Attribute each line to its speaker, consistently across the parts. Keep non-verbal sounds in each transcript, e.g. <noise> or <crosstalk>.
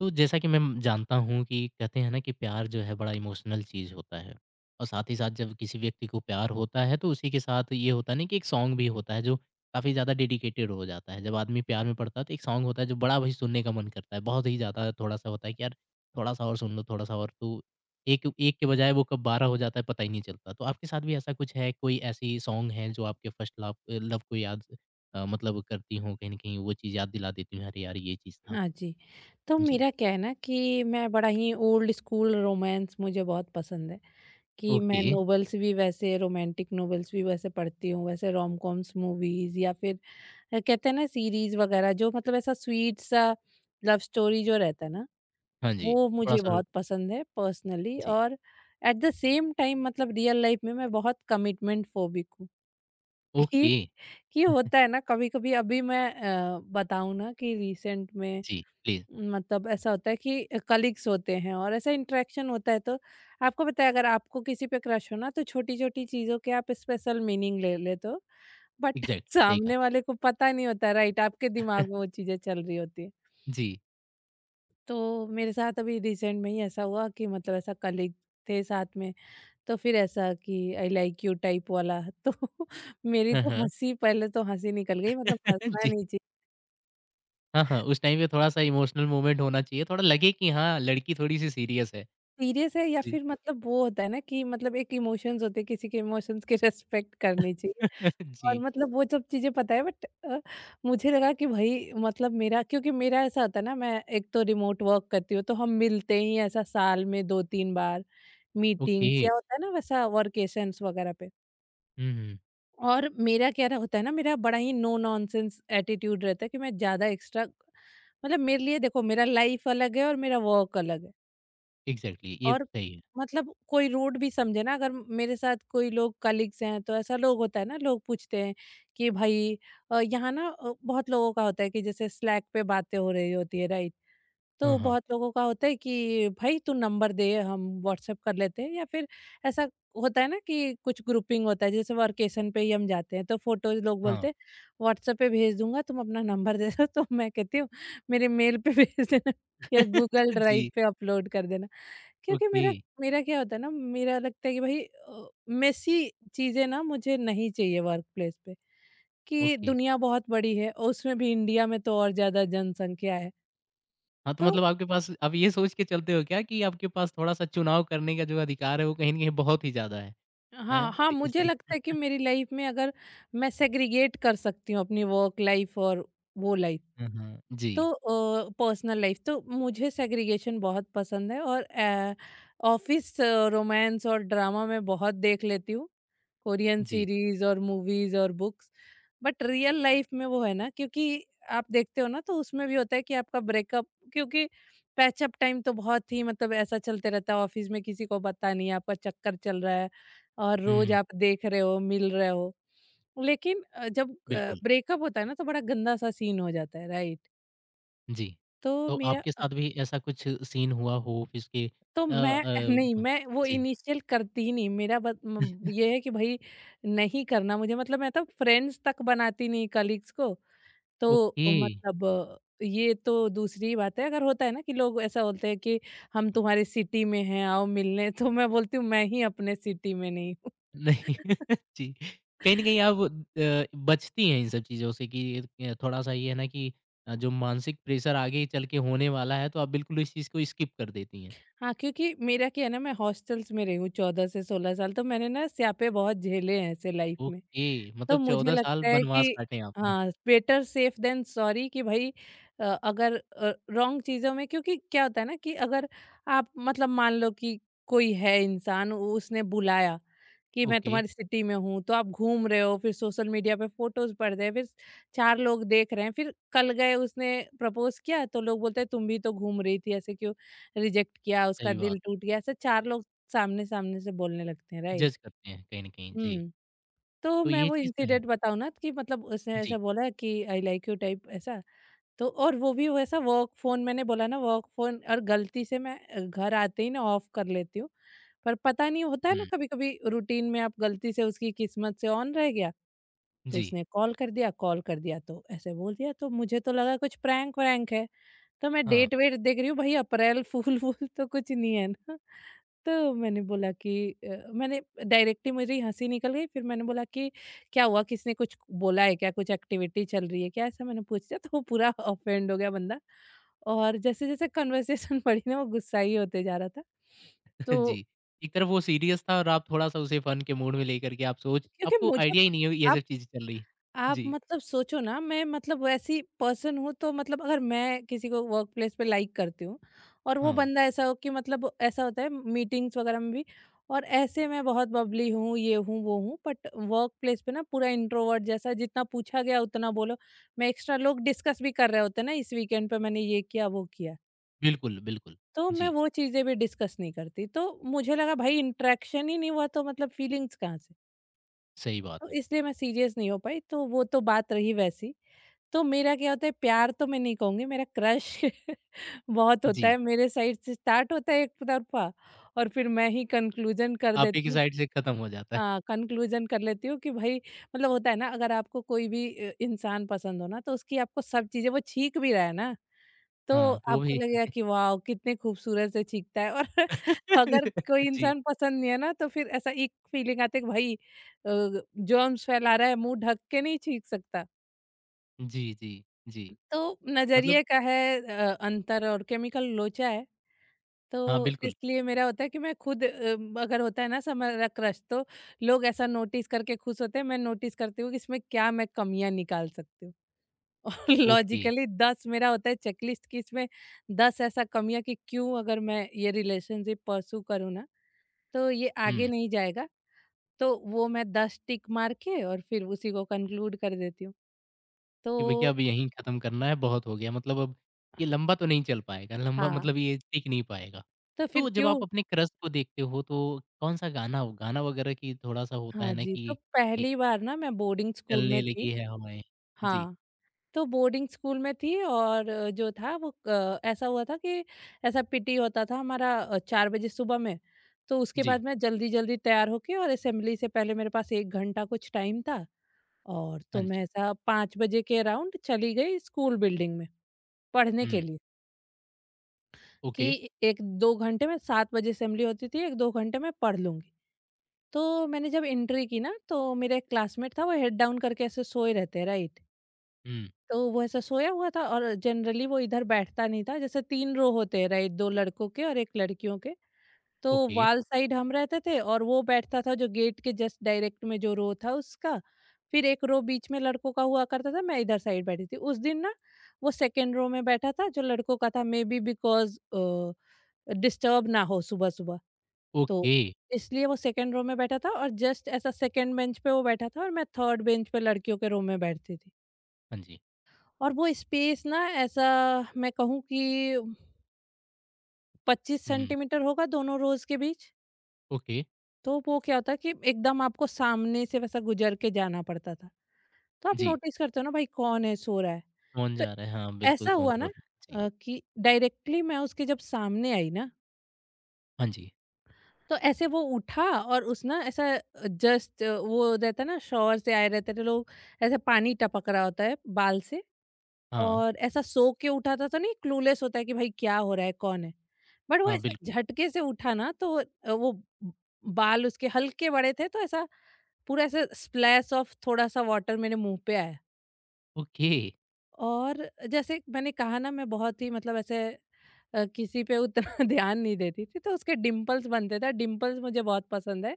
Speaker 1: तो जैसा कि मैं जानता हूँ कि कहते हैं ना कि प्यार जो है बड़ा इमोशनल चीज़ होता है। और साथ ही साथ जब किसी व्यक्ति को प्यार होता है तो उसी के साथ ये होता है ना कि एक सॉन्ग भी होता है जो काफ़ी ज़्यादा डेडिकेटेड हो जाता है। जब आदमी प्यार में पड़ता है तो एक सॉन्ग होता है जो बड़ा भाई सुनने का मन करता है बहुत ही ज़्यादा। थोड़ा सा होता है कि यार थोड़ा सा और सुन लो थोड़ा सा और। तो एक एक के बजाय वो कब 12 हो जाता है पता ही नहीं चलता। तो आपके साथ भी ऐसा कुछ है? कोई ऐसी सॉन्ग है जो आपके फर्स्ट लव लव को याद मतलब करती हूँ कहीं ना कहीं वो चीज़ याद दिला देती हूँ अरे यार ये चीज़ था।
Speaker 2: हाँ जी। तो
Speaker 1: जी।
Speaker 2: मेरा क्या है ना कि मैं बड़ा ही ओल्ड स्कूल रोमांस मुझे बहुत पसंद है कि मैं
Speaker 1: ओके।
Speaker 2: नॉवेल्स भी वैसे रोमांटिक नॉवेल्स भी वैसे पढ़ती हूँ, वैसे रोम-कॉम्स मूवीज़ या फिर कहते हैं ना सीरीज़ वगैरह जो मतलब ऐसा स्वीट सा लव स्टोरी जो रहता है ना,
Speaker 1: हाँ जी,
Speaker 2: वो मुझे
Speaker 1: थोड़ा-सा।
Speaker 2: बहुत पसंद है पर्सनली।
Speaker 1: जी,
Speaker 2: और एट द सेम टाइम मतलब रियल लाइफ में मैं बहुत कमिटमेंट फोबिक हूँ। <laughs> कि
Speaker 1: ओके,
Speaker 2: कि होता है ना कभी-कभी। अभी मैं बताऊँ ना कि रिसेंट में
Speaker 1: जी, प्लीज़।
Speaker 2: मतलब ऐसा होता है कि कलीग्स होते हैं और ऐसा इंटरेक्शन होता है। तो आपको पता है अगर आपको किसी पे क्रश हो ना तो छोटी-छोटी चीज़ों के आप स्पेशल मीनिंग ले लेते हो। बट <laughs>
Speaker 1: एग्ज़ैक्टली सही कहा।
Speaker 2: सामने वाले को पता नहीं होता राइट, आपके दिमाग में वो चीज़ें चल रही होती हैं।
Speaker 1: जी,
Speaker 2: तो मेरे साथ अभी रिसेंट में ही ऐसा हुआ कि मतलब ऐसा कलीग थे साथ में। तो फिर ऐसा कि आई लाइक यू टाइप वाला। <laughs> तो मेरी
Speaker 1: हाँ,
Speaker 2: तो
Speaker 1: हाँ।
Speaker 2: हँसी, पहले तो हँसी निकल गई, मतलब
Speaker 1: <laughs>
Speaker 2: हँसना
Speaker 1: जी,
Speaker 2: नहीं।
Speaker 1: हाँ, हाँ, उस टाइम पे थोड़ा-सा इमोशनल मोमेंट होना चाहिए, थोड़ा लगे कि हाँ, लड़की थोड़ी-सी सीरियस है।
Speaker 2: सीरियस है या
Speaker 1: जी,
Speaker 2: फिर मतलब वो होता है ना कि मतलब एक इमोशंस होते हैं, किसी के इमोशंस की रिस्पेक्ट करनी चाहिए
Speaker 1: <laughs> जी,
Speaker 2: और मतलब वो सब चीजें पता है। बट मुझे लगा कि भाई मतलब मेरा, क्योंकि मेरा ऐसा होता है ना, मैं एक तो रिमोट वर्क करती हूँ तो हम मिलते ही ऐसा साल में 2 3 बार
Speaker 1: ओके,
Speaker 2: मीटिंग्स, या होता है ना वैसा वर्केशंस वगैरह पे।
Speaker 1: हुँ, हुँ।
Speaker 2: और मेरा होता है ना मेरा बड़ा ही नो नॉनसेंस एटीट्यूड रहता है कि मैं ज्यादा एक्स्ट्रा, मतलब मेरे लिए देखो मेरा लाइफ अलग है और मेरा वर्क अलग है।
Speaker 1: एग्ज़ैक्टली ये
Speaker 2: और
Speaker 1: सही है।
Speaker 2: मतलब कोई रूड भी समझे ना, अगर मेरे साथ कोई लोग कलीग्स हैं तो ऐसा लोग होता है ना, लोग पूछते हैं कि भाई यहाँ ना बहुत लोगों का होता है कि जैसे स्लैक पे बातें हो रही होती है राइट,
Speaker 1: हाँ,
Speaker 2: तो
Speaker 1: हाँ,
Speaker 2: बहुत लोगों का होता है कि भाई तू नंबर दे, हम व्हाट्सएप कर लेते हैं। या फिर ऐसा होता है ना कि कुछ ग्रुपिंग होता है, जैसे वर्केशन पे ही हम जाते हैं तो फोटोज लोग
Speaker 1: हाँ।
Speaker 2: बोलते हैं व्हाट्सएप पे भेज दूंगा, तुम अपना नंबर दे दो। <laughs> तो मैं कहती हूँ मेरे मेल पे <laughs> भेज देना या गूगल
Speaker 1: <laughs>
Speaker 2: ड्राइव
Speaker 1: जी,
Speaker 2: पे अपलोड कर देना। क्योंकि
Speaker 1: ओके,
Speaker 2: मेरा मेरा क्या होता है ना, मेरा लगता है कि भाई मेसी चीजें ना मुझे नहीं चाहिए वर्क प्लेस पे। कि
Speaker 1: ओके।
Speaker 2: दुनिया बहुत बड़ी है और उसमें भी इंडिया में तो और ज्यादा जनसंख्या है।
Speaker 1: हाँ, तो
Speaker 2: तो
Speaker 1: मतलब आपके पास आप ये सोच के चलते हो क्या कि आपके पास थोड़ा-सा चुनाव करने का जो अधिकार है, वो कहीं न कहीं बहुत ही ज़्यादा है,
Speaker 2: हाँ
Speaker 1: हैं?
Speaker 2: हाँ,
Speaker 1: तो इस
Speaker 2: मुझे
Speaker 1: तरीके।
Speaker 2: लगता है कि मेरी लाइफ में अगर मैं सेग्रीगेट कर सकती हूँ अपनी वर्क लाइफ और वो लाइफ,
Speaker 1: हाँ, हाँ, जी,
Speaker 2: तो पर्सनल लाइफ, तो मुझे सेग्रीगेशन बहुत पसंद है। और ऑफिस रोमांस और ड्रामा में बहुत देख लेती हूँ, कोरियन
Speaker 1: जी,
Speaker 2: सीरीज और मूवीज और बुक्स। बट रियल लाइफ में वो है ना, क्योंकि आप देखते हो ना तो उसमें भी होता है कि आपका ब्रेकअप, क्योंकि पैचअप टाइम तो बहुत ही मतलब ऐसा चलते रहता है। ऑफिस में किसी को पता नहीं है, आपका चक्कर चल रहा है और रोज
Speaker 1: हुँ,
Speaker 2: आप देख रहे हो, मिल रहे हो, लेकिन जब
Speaker 1: बिल्कुल।
Speaker 2: ब्रेकअप होता है ना तो बड़ा गंदा सा सीन हो जाता है राइट।
Speaker 1: जी।
Speaker 2: तो
Speaker 1: तो
Speaker 2: मेरा,
Speaker 1: आपके साथ भी ऐसा कुछ सीन हुआ हो जिसके
Speaker 2: तो
Speaker 1: अ
Speaker 2: मैं <laughs> नहीं,
Speaker 1: अ,
Speaker 2: मैं वो
Speaker 1: जी,
Speaker 2: इनिशियल करती ही नहीं। मेरा ये है कि भाई नहीं करना मुझे, मतलब मैं तो फ्रेंड्स तक बनाती नहीं कलीग्स को। तो
Speaker 1: ओके।
Speaker 2: मतलब ये तो दूसरी बात है, अगर होता है ना कि लोग ऐसा बोलते हैं कि हम तुम्हारी सिटी में हैं, आओ मिलने, तो मैं बोलती हूँ मैं ही अपने सिटी में नहीं हूँ।
Speaker 1: नहीं
Speaker 2: <laughs>
Speaker 1: <laughs> जी, कहीं न कहीं आप बचती हैं इन सब चीज़ों से कि थोड़ा-सा ये है ना कि जो मानसिक प्रेशर आगे चल के होने वाला है, तो आप बिल्कुल इस चीज़ को स्किप कर देती हैं।
Speaker 2: हाँ, क्योंकि मेरा क्या है ना, मैं हॉस्टल्स में रही हूँ 14 से 16 साल, तो मैंने ना स्यापे बहुत झेले हैं ऐसे लाइफ में।
Speaker 1: ओके, मतलब
Speaker 2: तो मुझे
Speaker 1: 14 साल
Speaker 2: लगता है
Speaker 1: वनवास
Speaker 2: कि
Speaker 1: काटे आपने।
Speaker 2: हाँ, बेटर सेफ देन सॉरी। कि भाई अगर रॉन्ग चीज़ों में, क्योंकि क्या होता है ना कि अगर आप मतलब मान लो कि कोई है इंसान, उसने बुलाया कि मैं
Speaker 1: ओके,
Speaker 2: तुम्हारी सिटी में हूँ, तो आप घूम रहे हो, फिर सोशल मीडिया पे फोटोज पड़ रहे हैं, फिर 4 लोग देख रहे हैं, फिर कल गए, उसने प्रपोज किया, तो लोग बोलते हैं तुम भी तो घूम रही थी, ऐसे क्यों रिजेक्ट किया, उसका
Speaker 1: सही बात।
Speaker 2: दिल टूट गया, ऐसे 4 लोग सामने सामने से बोलने लगते हैं राइट।
Speaker 1: जज करते हैं कहीं न कहीं, जी।
Speaker 2: तो
Speaker 1: तो
Speaker 2: मैं
Speaker 1: ये
Speaker 2: वो
Speaker 1: चीज़ तो है।
Speaker 2: इंसिडेंट बताऊँ ना कि मतलब उसने
Speaker 1: जी।
Speaker 2: ऐसा बोला कि आई लाइक यू टाइप ऐसा। तो और वो भी वैसा वर्क फ़ोन, मैंने बोला ना वर्क फ़ोन, और गलती से मैं घर आते ही ना ऑफ कर लेती हूँ। पर पता नहीं होता है ना
Speaker 1: हुँ,
Speaker 2: कभी-कभी रूटीन में आप गलती से, उसकी किस्मत से ऑन रह गया, तो
Speaker 1: जी।
Speaker 2: उसने कॉल कर दिया तो, ऐसे बोल दिया तो मुझे तो लगा कुछ प्रैंक-वैंक है। तो मैं
Speaker 1: हाँ।
Speaker 2: डेट-वेट देख रही हूँ भाई अप्रैल फूल-वूल तो कुछ नहीं है ना। तो मैंने बोला कि मैंने डायरेक्टली, मेरी हंसी निकल गई, फिर मैंने बोला कि क्या हुआ, किसने कुछ बोला है क्या, कुछ एक्टिविटी चल रही है क्या, ऐसा मैंने पूछा तो वो पूरा <laughs> ऑफेंड हो गया बंदा। और जैसे जैसे कन्वर्सेशन <laughs> बढ़ी ना, वो गुस्सा ही होते जा रहा था। तो
Speaker 1: जी। एक तरफ वो सीरियस था और आप थोड़ा-सा उसे फन के मूड में लेकर के आप सोच
Speaker 2: क्योंकि
Speaker 1: आपको
Speaker 2: मुझे,
Speaker 1: आईडिया ही नहीं है ये सब
Speaker 2: आप
Speaker 1: चीज़ें चल रही है।
Speaker 2: आप
Speaker 1: जी।
Speaker 2: मतलब सोचो ना, मैं मतलब ऐसी पर्सन हूँ तो मतलब अगर मैं किसी को वर्क प्लेस पे लाइक करती हूँ और वो
Speaker 1: हाँ,
Speaker 2: बंदा ऐसा हो कि मतलब ऐसा होता है मीटिंग्स वगैरह में भी, और ऐसे मैं बहुत बबली हूँ, ये हूँ वो हूँ, बट वर्क प्लेस पे ना पूरा इंट्रोवर्ट जैसा, जितना पूछा गया उतना बोलो। मैं एक्स्ट्रा, लोग डिस्कस भी कर रहे होते हैं ना इस वीकेंड पे मैंने ये किया वो किया,
Speaker 1: बिल्कुल, बिल्कुल।
Speaker 2: तो मैं
Speaker 1: जी,
Speaker 2: वो चीज़ें भी डिस्कस नहीं करती। तो मुझे लगा भाई इंट्रैक्शन ही नहीं हुआ तो मतलब फीलिंग्स कहाँ से।
Speaker 1: सही बात
Speaker 2: तो
Speaker 1: है।
Speaker 2: इसलिए मैं सीरियस नहीं हो पाई, तो वो तो बात रही वैसी। तो मेरा क्या होता है, प्यार तो मैं नहीं कहूँगी, मेरा क्रश <laughs> बहुत होता
Speaker 1: जी,
Speaker 2: है, मेरे साइड से स्टार्ट होता है एक तरफ़ा और फिर मैं ही कंक्लूज़न कर
Speaker 1: आपे की
Speaker 2: देती हूँ।
Speaker 1: साइड से खत्म हो जाता है।
Speaker 2: कंक्लूजन कर लेती हूँ कि भाई मतलब होता है ना, अगर आपको कोई भी इंसान पसंद हो ना तो उसकी आपको सब चीजें, वो छींक भी रहा है ना तो
Speaker 1: हाँ, तो वो भी
Speaker 2: आपको लगेगा कि वाह कितने खूबसूरत से छींकता है। और <laughs> अगर कोई
Speaker 1: <laughs> जी,
Speaker 2: इंसान पसंद नहीं है ना तो फिर ऐसा एक फीलिंग आती है कि भाई जर्म्स फैला रहा है, मुंह ढक के नहीं छींक सकता।
Speaker 1: जी, जी, जी।
Speaker 2: तो
Speaker 1: मतलब
Speaker 2: नजरिए का है अंतर और केमिकल लोचा है।
Speaker 1: हाँ,
Speaker 2: तो
Speaker 1: बिल्कुल।
Speaker 2: इसलिए मेरा होता है कि मैं खुद अगर होता है ना हमारा क्रश, तो लोग ऐसा नोटिस करके खुश होते हैं, मैं नोटिस करती हूँ कि इसमें क्या मैं कमियां निकाल सकती हूँ। <laughs> और
Speaker 1: ओके।
Speaker 2: लॉजिकली 10 मेरा होता है चेकलिस्ट, कि इसमें 10 ऐसा कमियां कि क्यों, अगर मैं ये रिलेशनशिप परसू करूँ ना तो ये आगे
Speaker 1: हुँ।
Speaker 2: नहीं जाएगा। तो वो मैं 10 टिक मार के और फिर उसी को कंक्लूड कर देती हूँ। तो
Speaker 1: कि भैया अब यहीं खत्म करना है, बहुत हो गया। मतलब अब ये लंबा तो नहीं चल पाएगा, लंबा
Speaker 2: हाँ,
Speaker 1: मतलब ये टिक नहीं पाएगा।
Speaker 2: तो फिर
Speaker 1: तो जब आप
Speaker 2: क्यों।
Speaker 1: अपने क्रश को देखते हो तो कौन-सा गाना हो, गाना वगैरह की थोड़ा-सा होता है
Speaker 2: हाँ
Speaker 1: ना
Speaker 2: जी, तो
Speaker 1: कि ए,
Speaker 2: पहली बार ना मैं बोर्डिंग स्कूल
Speaker 1: चलने
Speaker 2: में थी।
Speaker 1: लगी है हवाएँ। जी,
Speaker 2: हाँ, तो बोर्डिंग स्कूल में थी। और जो था वो ऐसा हुआ था कि ऐसा पीटी होता था हमारा 4 बजे सुबह में। तो उसके बाद
Speaker 1: जी,
Speaker 2: मैं जल्दी जल्दी तैयार होके और असेंबली से पहले मेरे पास 1 घंटा कुछ टाइम था। और तो
Speaker 1: हाँ
Speaker 2: मैं
Speaker 1: जी,
Speaker 2: ऐसा 5 बजे के अराउंड चली गई स्कूल बिल्डिंग में पढ़ने के
Speaker 1: हुँ,
Speaker 2: लिए,
Speaker 1: ओके,
Speaker 2: कि 1 2 घंटे में 7 बजे असेंबली होती थी, 1 2 घंटे में पढ़ लूंगी। तो मैंने जब एंट्री की ना, तो मेरा एक क्लासमेट था, वो हेड डाउन करके ऐसे सोए रहते राइट,
Speaker 1: हुँ,
Speaker 2: तो वो ऐसा सोया हुआ था। और जनरली वो इधर बैठता नहीं था, जैसे 3 रो होते हैं राइट, दो लड़कों के और एक लड़कियों के, तो
Speaker 1: ओके,
Speaker 2: वाल साइड हम रहते थे और वो बैठता था जो गेट के जस्ट डायरेक्ट में जो रो था उसका। फिर एक रो बीच में लड़कों का हुआ करता था, मैं इधर साइड बैठी थी उस दिन ना। वो सेकेंड रो में बैठा था जो लड़कों का था, मे बी बिकॉज डिस्टर्ब ना हो सुबह सुबह, तो
Speaker 1: ओके,
Speaker 2: इसलिए वो सेकेंड रो में बैठा था। और जस्ट ऐसा सेकेंड बेंच पे वो बैठा था, और मैं थर्ड बेंच पे लड़कियों के रो में बैठती थी।
Speaker 1: हाँ जी,
Speaker 2: और वो स्पेस ना ऐसा, मैं कहूँ कि 25
Speaker 1: हुँ,
Speaker 2: सेंटीमीटर होगा दोनों रोज के बीच।
Speaker 1: ओके,
Speaker 2: तो वो क्या होता है कि एकदम आपको सामने से वैसा गुजर के जाना पड़ता था। तो आप
Speaker 1: जी,
Speaker 2: नोटिस करते हो ना भाई कौन है, सो रहा है।
Speaker 1: कौन
Speaker 2: तो
Speaker 1: जा रहा है? हाँ, बिल्कुल
Speaker 2: ऐसा
Speaker 1: कौन
Speaker 2: हुआ
Speaker 1: सो
Speaker 2: ना
Speaker 1: रहा है? जी,
Speaker 2: कि डायरेक्टली मैं उसके जब सामने आई ना,
Speaker 1: हाँ जी,
Speaker 2: तो ऐसे वो उठा। और उस ना ऐसा, जस्ट वो रहता है ना शॉवर से आए रहते थे लोग, ऐसे पानी टपक रहा होता है बाल से।
Speaker 1: हाँ,
Speaker 2: और ऐसा सो के उठा था तो नहीं, क्लूलेस होता है कि भाई क्या हो रहा है, कौन है? बट वो
Speaker 1: हाँ,
Speaker 2: ऐसा
Speaker 1: बिल्कुल,
Speaker 2: झटके से उठा ना तो वो ब बाल उसके हल्के बड़े थे तो ऐसा पूरा ऐसा स्प्लैश ऑफ थोड़ा-सा वाटर मेरे मुँह पे आया।
Speaker 1: ओके,
Speaker 2: और जैसे मैंने कहा ना मैं बहुत ही मतलब ऐसे किसी पे उतना <laughs> ध्यान नहीं देती थी तो उसके डिंपल्स बनते थे, डिंपल्स मुझे बहुत पसंद है।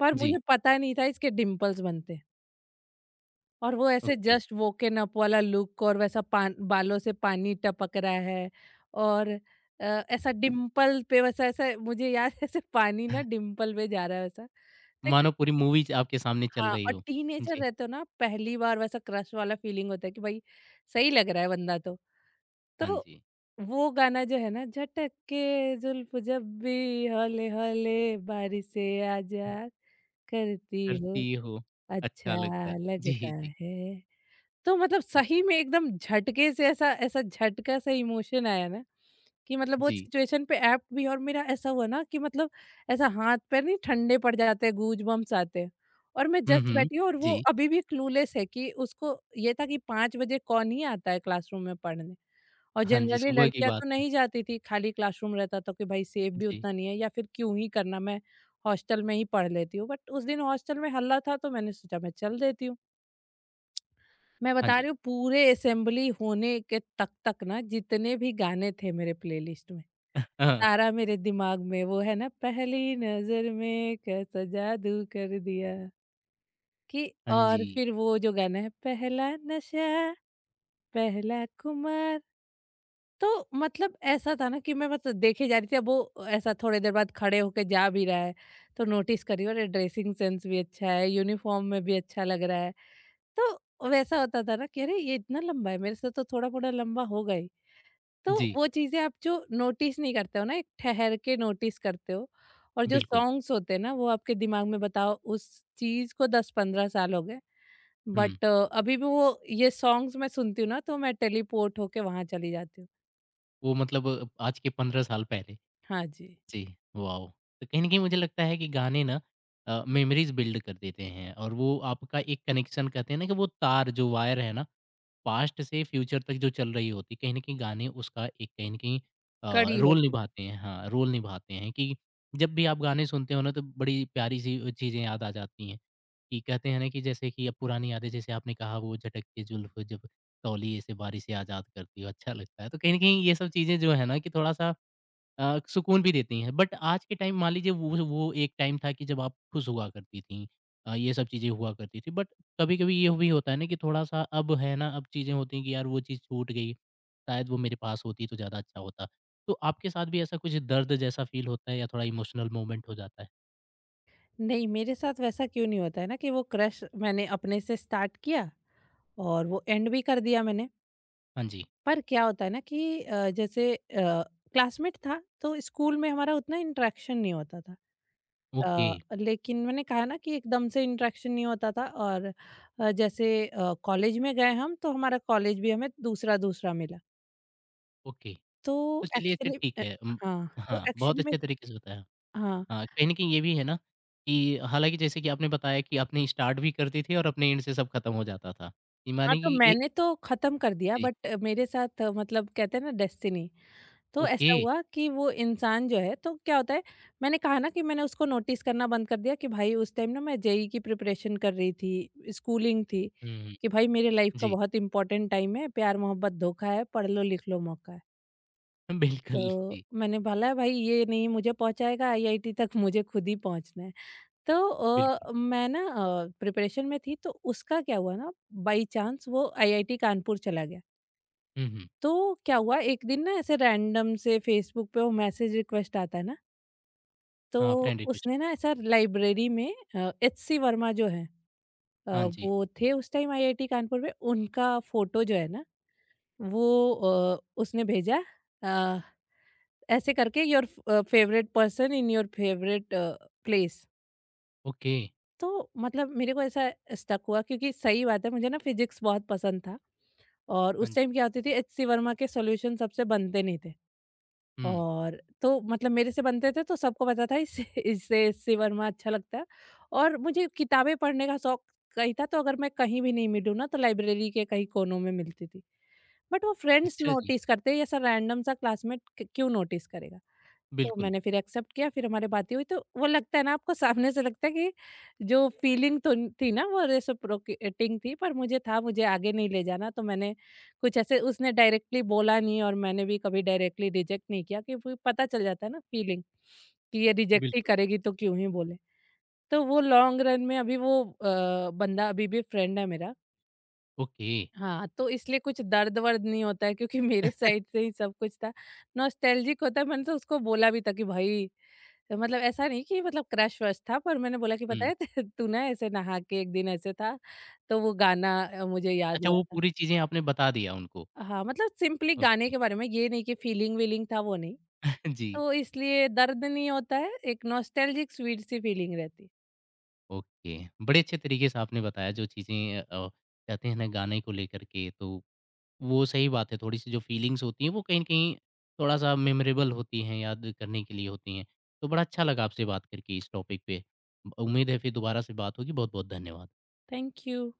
Speaker 2: पर मुझे
Speaker 1: जी,
Speaker 2: पता नहीं था इसके डिंपल्स बनते हैं। और वो ऐसे
Speaker 1: ओके।
Speaker 2: जस्ट वोकन अप वाला लुक और वैसा पान बालों से पानी टपक रहा है और अ, ऐसा
Speaker 1: <laughs>
Speaker 2: डिम्पल पे वैसा ऐसा मुझे याद है ऐसे पानी ना डिम्पल पे जा रहा है वैसा तो एकदम।
Speaker 1: मानो पूरी मूवी ज आपके सामने चल
Speaker 2: हाँ,
Speaker 1: रही
Speaker 2: और
Speaker 1: हो।
Speaker 2: टीनेजर
Speaker 1: जी,
Speaker 2: रहते हो ना पहली बार वैसा क्रश वाला फीलिंग होता है कि भाई सही लग रहा है बंदा तो।
Speaker 1: हाँ
Speaker 2: तो
Speaker 1: जी।
Speaker 2: वो गाना जो है ना, झटक के जुल्फ जब भी हौले हौले बारिश से आजाद करती हो
Speaker 1: करती हो, अच्छा लगता है।
Speaker 2: अच्छा,
Speaker 1: जी,
Speaker 2: लगता
Speaker 1: जी,
Speaker 2: है। तो मतलब सही में एकदम झटके से ऐसा ऐसा झटका सा इमोशन आया ना, कि मतलब वो
Speaker 1: जी।
Speaker 2: सिचुएशन पे ऐप्ट भी, और मेरा ऐसा हुआ ना कि मतलब ऐसा हाथ-पैर नहीं ठंडे पड़ जाते हैं, गूज बम्प्स आते हैं, और मैं
Speaker 1: हुँ,
Speaker 2: जस्ट
Speaker 1: हुँ।
Speaker 2: बैठी हूँ, और वो
Speaker 1: जी,
Speaker 2: अभी भी क्लूलेस है, कि उसको ये था कि 5 बजे कौन ही आता है क्लासरूम में पढ़ने। और
Speaker 1: हाँ जी,
Speaker 2: जनरली
Speaker 1: सुबह की
Speaker 2: लड़कियाँ
Speaker 1: बात
Speaker 2: तो
Speaker 1: है।
Speaker 2: नहीं जाती थी, खाली क्लासरूम रहता था कि भाई सेफ भी
Speaker 1: जी,
Speaker 2: उतना नहीं है या फिर क्यों ही करना, मैं हॉस्टल में ही पढ़ लेती हूँ, बट उस दिन हॉस्टल में हल्ला था तो मैंने सोचा मैं चल देती हूँ। मैं
Speaker 1: हाँ
Speaker 2: बता
Speaker 1: जी।
Speaker 2: रही हूँ पूरे असेंबली होने के तक तक ना, जितने भी गाने थे मेरे प्लेलिस्ट में,
Speaker 1: <laughs> हाँ।
Speaker 2: सारा मेरे दिमाग में, वो है ना पहली नज़र में कैसा जादू कर दिया कि।
Speaker 1: हाँ
Speaker 2: और
Speaker 1: जी,
Speaker 2: फिर वो जो गाना है, पहला नशा, पहला खुमार, तो मतलब ऐसा था ना कि मैं बस देखे जा रही थी। अब वो ऐसा थोड़ी देर बाद खड़े होके जा भी रहा है, तो नोटिस करी, अरे ड्रेसिंग सेंस भी अच्छा है, यूनिफॉर्म में भी अच्छा लग रहा है। तो वैसा होता था ना कि अरे ये इतना लंबा है, मेरे से तो थोड़ा थोड़ा लंबा होगा ही। तो
Speaker 1: जी,
Speaker 2: वो चीजें आप जो नोटिस नहीं करते हो ना, एक ठहर के नोटिस करते हो। और जो
Speaker 1: बिल्कुल।
Speaker 2: सॉन्ग्स होते हैं ना, वो आपके दिमाग में, बताओ उस चीज को 10-15 साल हो गए,
Speaker 1: हुँ,
Speaker 2: बट अभी भी वो, ये सॉन्ग्स मैं सुनती हूँ ना तो मैं टेलीपोर्ट होके वहां चली जाती हूँ।
Speaker 1: वो मतलब आज के 15 साल पहले।
Speaker 2: हाँ जी,
Speaker 1: जी, वॉव! तो कहीं न कहीं मुझे लगता है कि गाने ना मेमोरीज़ बिल्ड कर देते हैं और वो आपका एक कनेक्शन कहते हैं ना कि वो तार जो वायर है ना पास्ट से फ्यूचर तक जो चल रही होती है, कहीं न कहीं गाने उसका एक कहीं न कहीं
Speaker 2: कड़ी
Speaker 1: रोल
Speaker 2: होती
Speaker 1: निभाते हैं। हाँ, रोल निभाते हैं कि जब भी आप गाने सुनते हो ना, तो बड़ी प्यारी-सी चीज़ें याद आ जाती हैं। कि कहते हैं ना कि जैसे कि अब पुरानी यादें जैसे आपने कहा वो झटक के जुल्फ़ जब तौलिए से बारिशें आज़ाद करती हो, अच्छा लगता है। तो कहीं न कहीं ये सब चीज़ें जो है ना कि थोड़ा-सा सुकून भी देती हैं। बट आज के टाइम मान लीजिए, वो एक टाइम था कि जब आप खुश हुआ करती थीं। ये सब चीज़ें हुआ करती थी। बट कभी-कभी ये भी होता है ना कि थोड़ा-सा अब है ना, अब चीज़ें होती हैं कि यार वो चीज़ छूट गई, शायद वो मेरे पास होती तो ज़्यादा अच्छा होता। तो आपके साथ भी ऐसा कुछ दर्द जैसा फ़ील होता है या थोड़ा इमोशनल मोमेंट हो जाता है?
Speaker 2: है। नहीं, मेरे साथ वैसा क्यों नहीं होता है ना कि वो क्रश मैंने अपने से स्टार्ट किया और वो एंड भी कर दिया मैंने।
Speaker 1: हाँ जी।
Speaker 2: पर क्या होता है ना कि जैसे क्लासमेट था तो स्कूल में हमारा उतना इंटरेक्शन नहीं होता था।
Speaker 1: ओके,
Speaker 2: लेकिन मैंने कहा ना कि एकदम से इंटरेक्शन नहीं होता था, और जैसे कॉलेज में गए हम, तो हमारा कॉलेज भी हमें दूसरा दूसरा मिला
Speaker 1: ओके।
Speaker 2: तो
Speaker 1: तो चलिए अच्छा
Speaker 2: एक्चुअली
Speaker 1: ठीक है।
Speaker 2: हाँ तो
Speaker 1: हाँ, बहुत
Speaker 2: एक्चुअली में,
Speaker 1: अच्छे तरीके से बताया।
Speaker 2: हाँ,
Speaker 1: हाँ, कहीं न कहीं ये भी है ना कि हालाँकि जैसे कि आपने बताया कि आपने स्टार्ट भी करती थी और अपने एंड से सब खत्म हो जाता था। ये
Speaker 2: हाँ,
Speaker 1: माने
Speaker 2: तो
Speaker 1: कि ए।
Speaker 2: मैंने तो खत्म कर दिया,
Speaker 1: जी,
Speaker 2: बट मेरे साथ मतलब, कहते हैं ना डेस्टिनी, तो
Speaker 1: ओके।
Speaker 2: ऐसा हुआ कि वो इंसान जो है, तो क्या होता है। मैंने कहा ना कि मैंने उसको नोटिस करना बंद कर दिया, कि भाई उस टाइम ना मैं जेई की प्रिपरेशन कर रही थी, स्कूलिंग थी,
Speaker 1: हुँ,
Speaker 2: कि भाई मेरे लाइफ का
Speaker 1: जी।
Speaker 2: बहुत इंपॉर्टेंट टाइम है, प्यार मोहब्बत धोखा है, पढ़ लो लिख लो मौका है।
Speaker 1: <laughs>
Speaker 2: तो
Speaker 1: बिल्कुल, जी,
Speaker 2: मैंने बोला भाई, ये नहीं मुझे पहुंचाएगा आईआईटी तक, मुझे खुद ही पहुंचना है। तो
Speaker 1: बिल्कुल।
Speaker 2: मैं ना प्रिपरेशन में थी, तो उसका क्या हुआ ना, बाई चांस वो आईआईटी कानपुर चला गया।
Speaker 1: हुँ, हुँ।
Speaker 2: तो क्या हुआ एक दिन ना ऐसे रैंडम से फेसबुक पे वो मैसेज रिक्वेस्ट आता है ना। तो
Speaker 1: हाँ, फ्रेंड रिक्वेस्ट।
Speaker 2: उसने ना ऐसा, लाइब्रेरी में एच सी वर्मा जो है अ,
Speaker 1: हाँ जी,
Speaker 2: वो थे उस टाइम आईआईटी कानपुर में, उनका फोटो जो है ना, वो उसने भेजा, अ, ऐसे करके your favourite person in your favourite place.
Speaker 1: Okay.
Speaker 2: तो मतलब मेरे को ऐसा स्टक हुआ, क्योंकि सही बात है, मुझे ना फिजिक्स बहुत पसंद था, और
Speaker 1: हाँ
Speaker 2: उस
Speaker 1: जी।
Speaker 2: टाइम क्या होती थी, एचसी वर्मा के सॉल्यूशन सबसे बनते नहीं थे।
Speaker 1: हुँ,
Speaker 2: और तो मतलब मेरे से बनते थे, तो सबको पता था इससे <laughs> इससे एचसी वर्मा अच्छा लगता है। और मुझे किताबें पढ़ने का शौक कहीं था, तो अगर मैं कहीं भी नहीं मिलूँ ना, तो लाइब्रेरी के कहीं कोनों में मिलती थी। बट वो फ्रेंड्स
Speaker 1: अच्छा जी।
Speaker 2: नोटिस करते हैं, ये ऐसा रैंडम सा क्लासमेट क क्यों नोटिस करेगा? तो
Speaker 1: बिल्कुल,
Speaker 2: मैंने फिर एक्सेप्ट किया, फिर हमारी बातें हुई, तो वो लगता है ना, आपको सामने से लगता है कि जो फीलिंग तो थी ना, वो रेसिप्रोकेटिंग थी, पर मुझे था मुझे आगे नहीं ले जाना। तो मैंने कुछ ऐसे, उसने डायरेक्टली बोला नहीं, और मैंने भी कभी डायरेक्टली रिजेक्ट नहीं किया, कि फिर पता चल जाता है ना फीलिंग, कि ये रिजेक्ट ही
Speaker 1: बिल्कुल।
Speaker 2: करेगी तो क्यों ही बोले। तो वो लॉन्ग रन में, अभी वो बंदा अभी भी फ्रेंड है मेरा।
Speaker 1: ओके।
Speaker 2: हाँ, तो इसलिए कुछ दर्द-वर्द नहीं होता है, क्योंकि मेरे साइड से ही सब कुछ था। नॉस्टैल्जिक होता है, मैंने तो उसको बोला भी था कि भाई, मतलब ऐसा नहीं कि मतलब क्रश-वश था, पर मैंने बोला कि
Speaker 1: हुँ।
Speaker 2: पता है <laughs> तू ना ऐसे नहा के एक दिन ऐसे था, तो वो गाना मुझे याद
Speaker 1: अच्छा
Speaker 2: हुआ
Speaker 1: वो
Speaker 2: था।
Speaker 1: पूरी चीज़ें आपने बता दिया उनको।
Speaker 2: हाँ, मतलब सिंपली गाने
Speaker 1: ओके।
Speaker 2: के बारे में, ये नहीं कि फीलिंग-वीलिंग था, वो नहीं।
Speaker 1: <laughs> जी,
Speaker 2: तो इसलिए दर्द नहीं होता है, एक नॉस्टैल्जिक स्वीट सी फीलिंग रहती है।
Speaker 1: ओके। बड़े अच्छे तरीके से आपने बताया जो चीज़ें कहते हैं ना गाने को लेकर के, तो वो सही बात है, थोड़ी-सी जो फीलिंग्स होती हैं, वो कहीं न कहीं थोड़ा-सा मेमोरेबल होती हैं, याद करने के लिए होती हैं। तो बड़ा अच्छा लगा आपसे बात करके इस टॉपिक पे। उम्मीद है फिर दोबारा से बात होगी। बहुत-बहुत धन्यवाद।
Speaker 2: Thank you.